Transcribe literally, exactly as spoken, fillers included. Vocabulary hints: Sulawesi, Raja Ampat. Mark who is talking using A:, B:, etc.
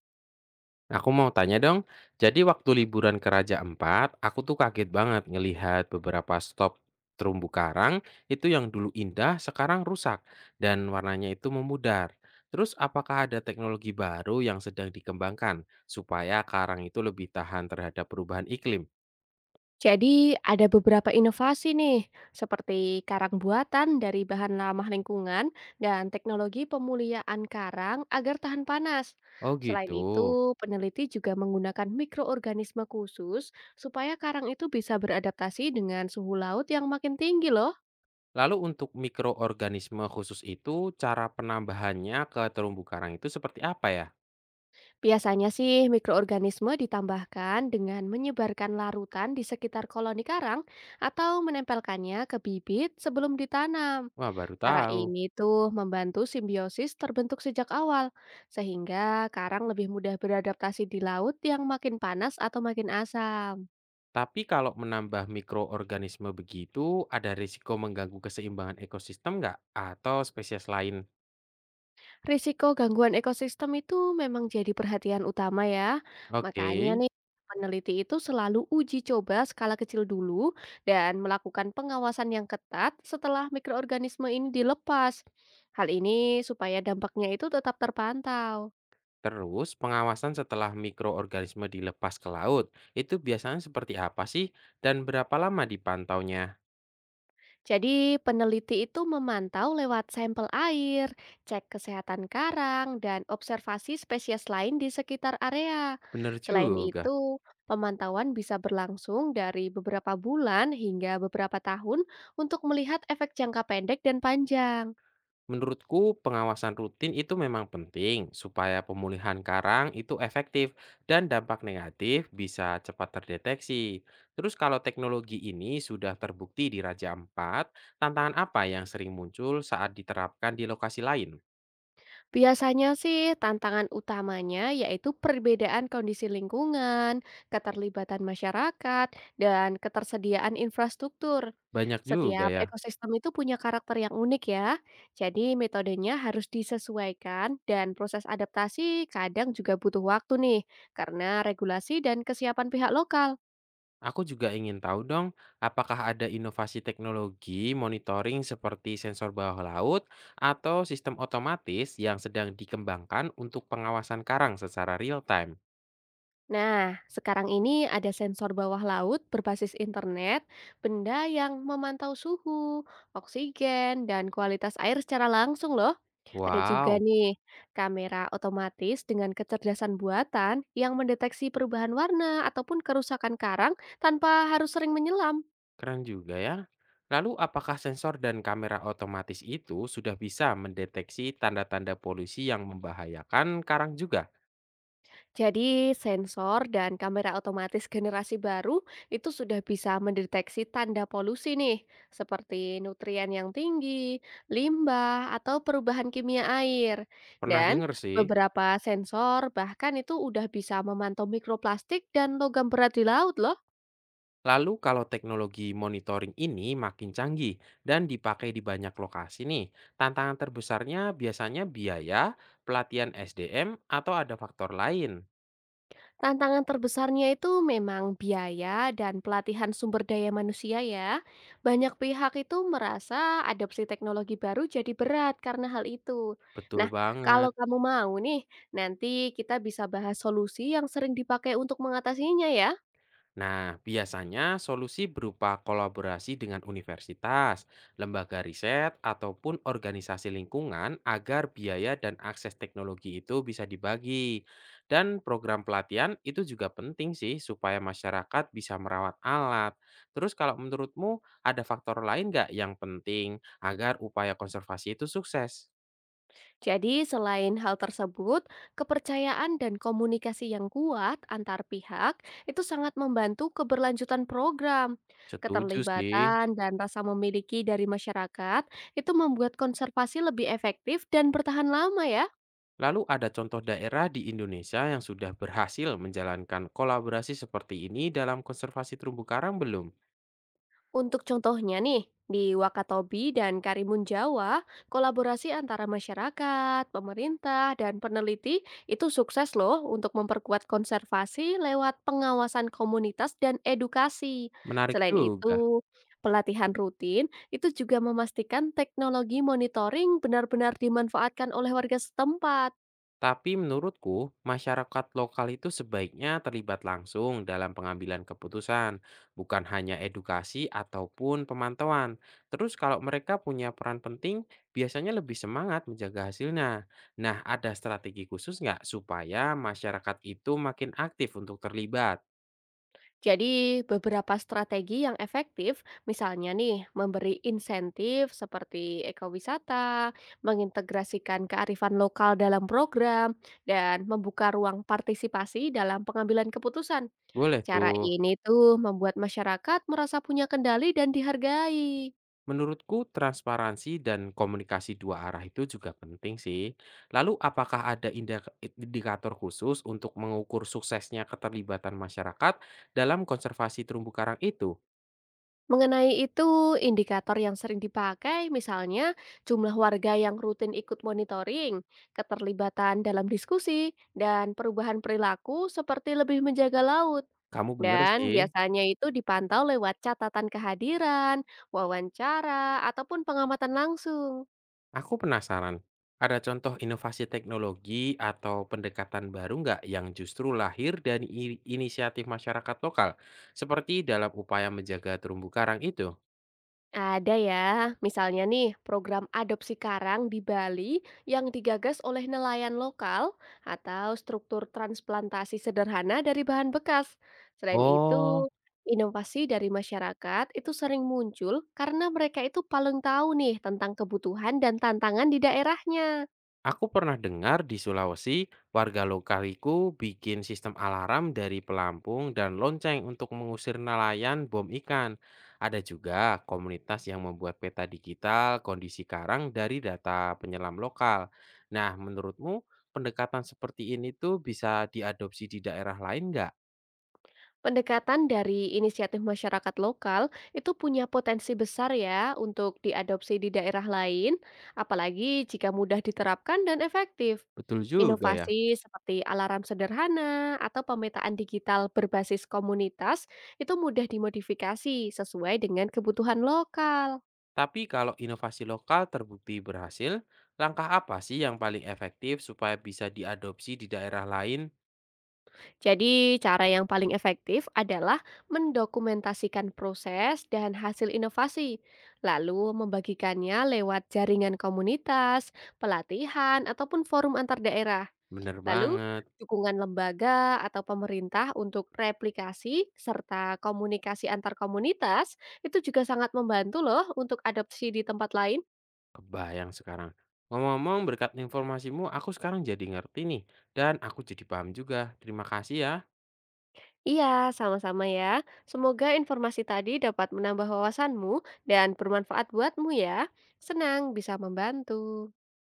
A: Aku mau tanya dong, jadi waktu liburan ke Raja Empat, aku tuh kaget banget ngelihat beberapa stop terumbu karang itu yang dulu indah sekarang rusak dan warnanya itu memudar. Terus apakah ada teknologi baru yang sedang dikembangkan supaya karang itu lebih tahan terhadap perubahan iklim?
B: Jadi ada beberapa inovasi nih, seperti karang buatan dari bahan ramah lingkungan dan teknologi pemuliaan karang agar tahan panas.
A: Oh
B: Selain
A: gitu.
B: itu, peneliti juga menggunakan mikroorganisme khusus supaya karang itu bisa beradaptasi dengan suhu laut yang makin tinggi loh.
A: Lalu untuk mikroorganisme khusus itu cara penambahannya ke terumbu karang itu seperti apa ya?
B: Biasanya sih mikroorganisme ditambahkan dengan menyebarkan larutan di sekitar koloni karang atau menempelkannya ke bibit sebelum ditanam.
A: Wah baru
B: Cara
A: tahu.
B: ini tuh membantu simbiosis terbentuk sejak awal, sehingga karang lebih mudah beradaptasi di laut yang makin panas atau makin asam.
A: Tapi kalau menambah mikroorganisme begitu, ada risiko mengganggu keseimbangan ekosistem nggak? Atau spesies lain?
B: Risiko gangguan ekosistem itu memang jadi perhatian utama ya.
A: Oke,
B: Makanya nih, peneliti itu selalu uji coba skala kecil dulu dan melakukan pengawasan yang ketat setelah mikroorganisme ini dilepas. Hal ini supaya dampaknya itu tetap terpantau.
A: terus pengawasan setelah mikroorganisme dilepas ke laut, itu biasanya seperti apa sih? Dan berapa lama dipantaunya?
B: Jadi, peneliti itu memantau lewat sampel air, cek kesehatan karang, dan observasi spesies lain di sekitar area.
A: Bener
B: Selain
A: juga.
B: itu, pemantauan bisa berlangsung dari beberapa bulan hingga beberapa tahun untuk melihat efek jangka pendek dan panjang.
A: Menurutku, pengawasan rutin itu memang penting supaya pemulihan karang itu efektif dan dampak negatif bisa cepat terdeteksi. Terus kalau teknologi ini sudah terbukti di Raja Ampat, tantangan apa yang sering muncul saat diterapkan di lokasi lain?
B: Biasanya sih tantangan utamanya yaitu perbedaan kondisi lingkungan, keterlibatan masyarakat, dan ketersediaan infrastruktur.
A: Banyak juga
B: Setiap
A: ya.
B: ekosistem itu punya karakter yang unik ya, jadi metodenya harus disesuaikan dan proses adaptasi kadang juga butuh waktu nih, karena regulasi dan kesiapan pihak lokal.
A: Aku juga ingin tahu dong, apakah ada inovasi teknologi monitoring seperti sensor bawah laut atau sistem otomatis yang sedang dikembangkan untuk pengawasan karang secara real time?
B: Nah, sekarang ini ada sensor bawah laut berbasis internet, benda yang memantau suhu, oksigen, dan kualitas air secara langsung loh. Ada juga
A: Wow.
B: nih kamera otomatis dengan kecerdasan buatan yang mendeteksi perubahan warna ataupun kerusakan karang tanpa harus sering menyelam.
A: Keren juga ya. Lalu apakah sensor dan kamera otomatis itu sudah bisa mendeteksi tanda-tanda polusi yang membahayakan karang juga?
B: Jadi sensor dan kamera otomatis generasi baru itu sudah bisa mendeteksi tanda polusi nih, seperti nutrien yang tinggi, limbah, atau perubahan kimia air.
A: Pernah
B: Dan
A: dengar sih.
B: beberapa sensor bahkan itu udah bisa memantau mikroplastik dan logam berat di laut loh.
A: Lalu kalau teknologi monitoring ini makin canggih dan dipakai di banyak lokasi nih, tantangan terbesarnya biasanya biaya, pelatihan S D M, atau ada faktor lain.
B: Tantangan terbesarnya itu memang biaya dan pelatihan sumber daya manusia ya. Banyak pihak itu merasa adopsi teknologi baru jadi berat karena hal itu.
A: Betul
B: Nah, kalau
A: banget.
B: kamu mau nih, nanti kita bisa bahas solusi yang sering dipakai untuk mengatasinya ya.
A: Nah, biasanya solusi berupa kolaborasi dengan universitas, lembaga riset, ataupun organisasi lingkungan agar biaya dan akses teknologi itu bisa dibagi. Dan program pelatihan itu juga penting sih supaya masyarakat bisa merawat alat. Terus kalau menurutmu ada faktor lain nggak yang penting agar upaya konservasi itu sukses?
B: Jadi, selain hal tersebut, kepercayaan dan komunikasi yang kuat antar pihak itu sangat membantu keberlanjutan program.
A: Setuju sih.
B: Keterlibatan dan rasa memiliki dari masyarakat itu membuat konservasi lebih efektif dan bertahan lama ya.
A: Lalu ada contoh daerah di Indonesia yang sudah berhasil menjalankan kolaborasi seperti ini dalam konservasi terumbu karang belum?
B: Untuk contohnya nih, di Wakatobi dan Karimun Jawa, kolaborasi antara masyarakat, pemerintah, dan peneliti itu sukses loh untuk memperkuat konservasi lewat pengawasan komunitas dan edukasi.
A: Menarik
B: Selain
A: juga.
B: itu, pelatihan rutin itu juga memastikan teknologi monitoring benar-benar dimanfaatkan oleh warga setempat.
A: Tapi menurutku, masyarakat lokal itu sebaiknya terlibat langsung dalam pengambilan keputusan, bukan hanya edukasi ataupun pemantauan. Terus kalau mereka punya peran penting, biasanya lebih semangat menjaga hasilnya. Nah, ada strategi khusus nggak supaya masyarakat itu makin aktif untuk terlibat?
B: Jadi, beberapa strategi yang efektif, misalnya nih, memberi insentif seperti ekowisata, mengintegrasikan kearifan lokal dalam program, dan membuka ruang partisipasi dalam pengambilan keputusan.
A: Boleh
B: Cara
A: tuh.
B: ini tuh membuat masyarakat merasa punya kendali dan dihargai.
A: Menurutku transparansi dan komunikasi dua arah itu juga penting sih. Lalu apakah ada inda- indikator khusus untuk mengukur suksesnya keterlibatan masyarakat dalam konservasi terumbu karang itu?
B: Mengenai itu, indikator yang sering dipakai misalnya jumlah warga yang rutin ikut monitoring, keterlibatan dalam diskusi, dan perubahan perilaku seperti lebih menjaga laut.
A: Kamu bener
B: Dan
A: sih.
B: biasanya itu dipantau lewat catatan kehadiran, wawancara, ataupun pengamatan langsung.
A: Aku penasaran. Ada contoh inovasi teknologi atau pendekatan baru nggak yang justru lahir dari i- inisiatif masyarakat lokal? Seperti dalam upaya menjaga terumbu karang itu.
B: Ada ya, misalnya nih program adopsi karang di Bali yang digagas oleh nelayan lokal atau struktur transplantasi sederhana dari bahan bekas. Selain
A: Oh,
B: itu, inovasi dari masyarakat itu sering muncul karena mereka itu paling tahu nih tentang kebutuhan dan tantangan di daerahnya.
A: aku pernah dengar di Sulawesi, warga lokaliku bikin sistem alarm dari pelampung dan lonceng untuk mengusir nelayan bom ikan. Ada juga komunitas yang membuat peta digital kondisi karang dari data penyelam lokal. Nah, menurutmu pendekatan seperti ini tuh bisa diadopsi di daerah lain nggak?
B: Pendekatan dari inisiatif masyarakat lokal itu punya potensi besar ya untuk diadopsi di daerah lain, apalagi jika mudah diterapkan dan efektif.
A: Betul juga ya.
B: Inovasi seperti alarm sederhana atau pemetaan digital berbasis komunitas itu mudah dimodifikasi sesuai dengan kebutuhan lokal.
A: Tapi kalau inovasi lokal terbukti berhasil, langkah apa sih yang paling efektif supaya bisa diadopsi di daerah lain?
B: Jadi, cara yang paling efektif adalah mendokumentasikan proses dan hasil inovasi, lalu membagikannya lewat jaringan komunitas, pelatihan, ataupun forum antar daerah.
A: Bener
B: Lalu,
A: banget.
B: dukungan lembaga atau pemerintah untuk replikasi serta komunikasi antar komunitas itu juga sangat membantu loh untuk adopsi di tempat lain.
A: Kebayang sekarang. Ngomong-ngomong berkat informasimu aku sekarang jadi ngerti nih, dan aku jadi paham juga. Terima kasih ya.
B: Iya, sama-sama ya. Semoga informasi tadi dapat menambah wawasanmu dan bermanfaat buatmu ya. Senang bisa membantu.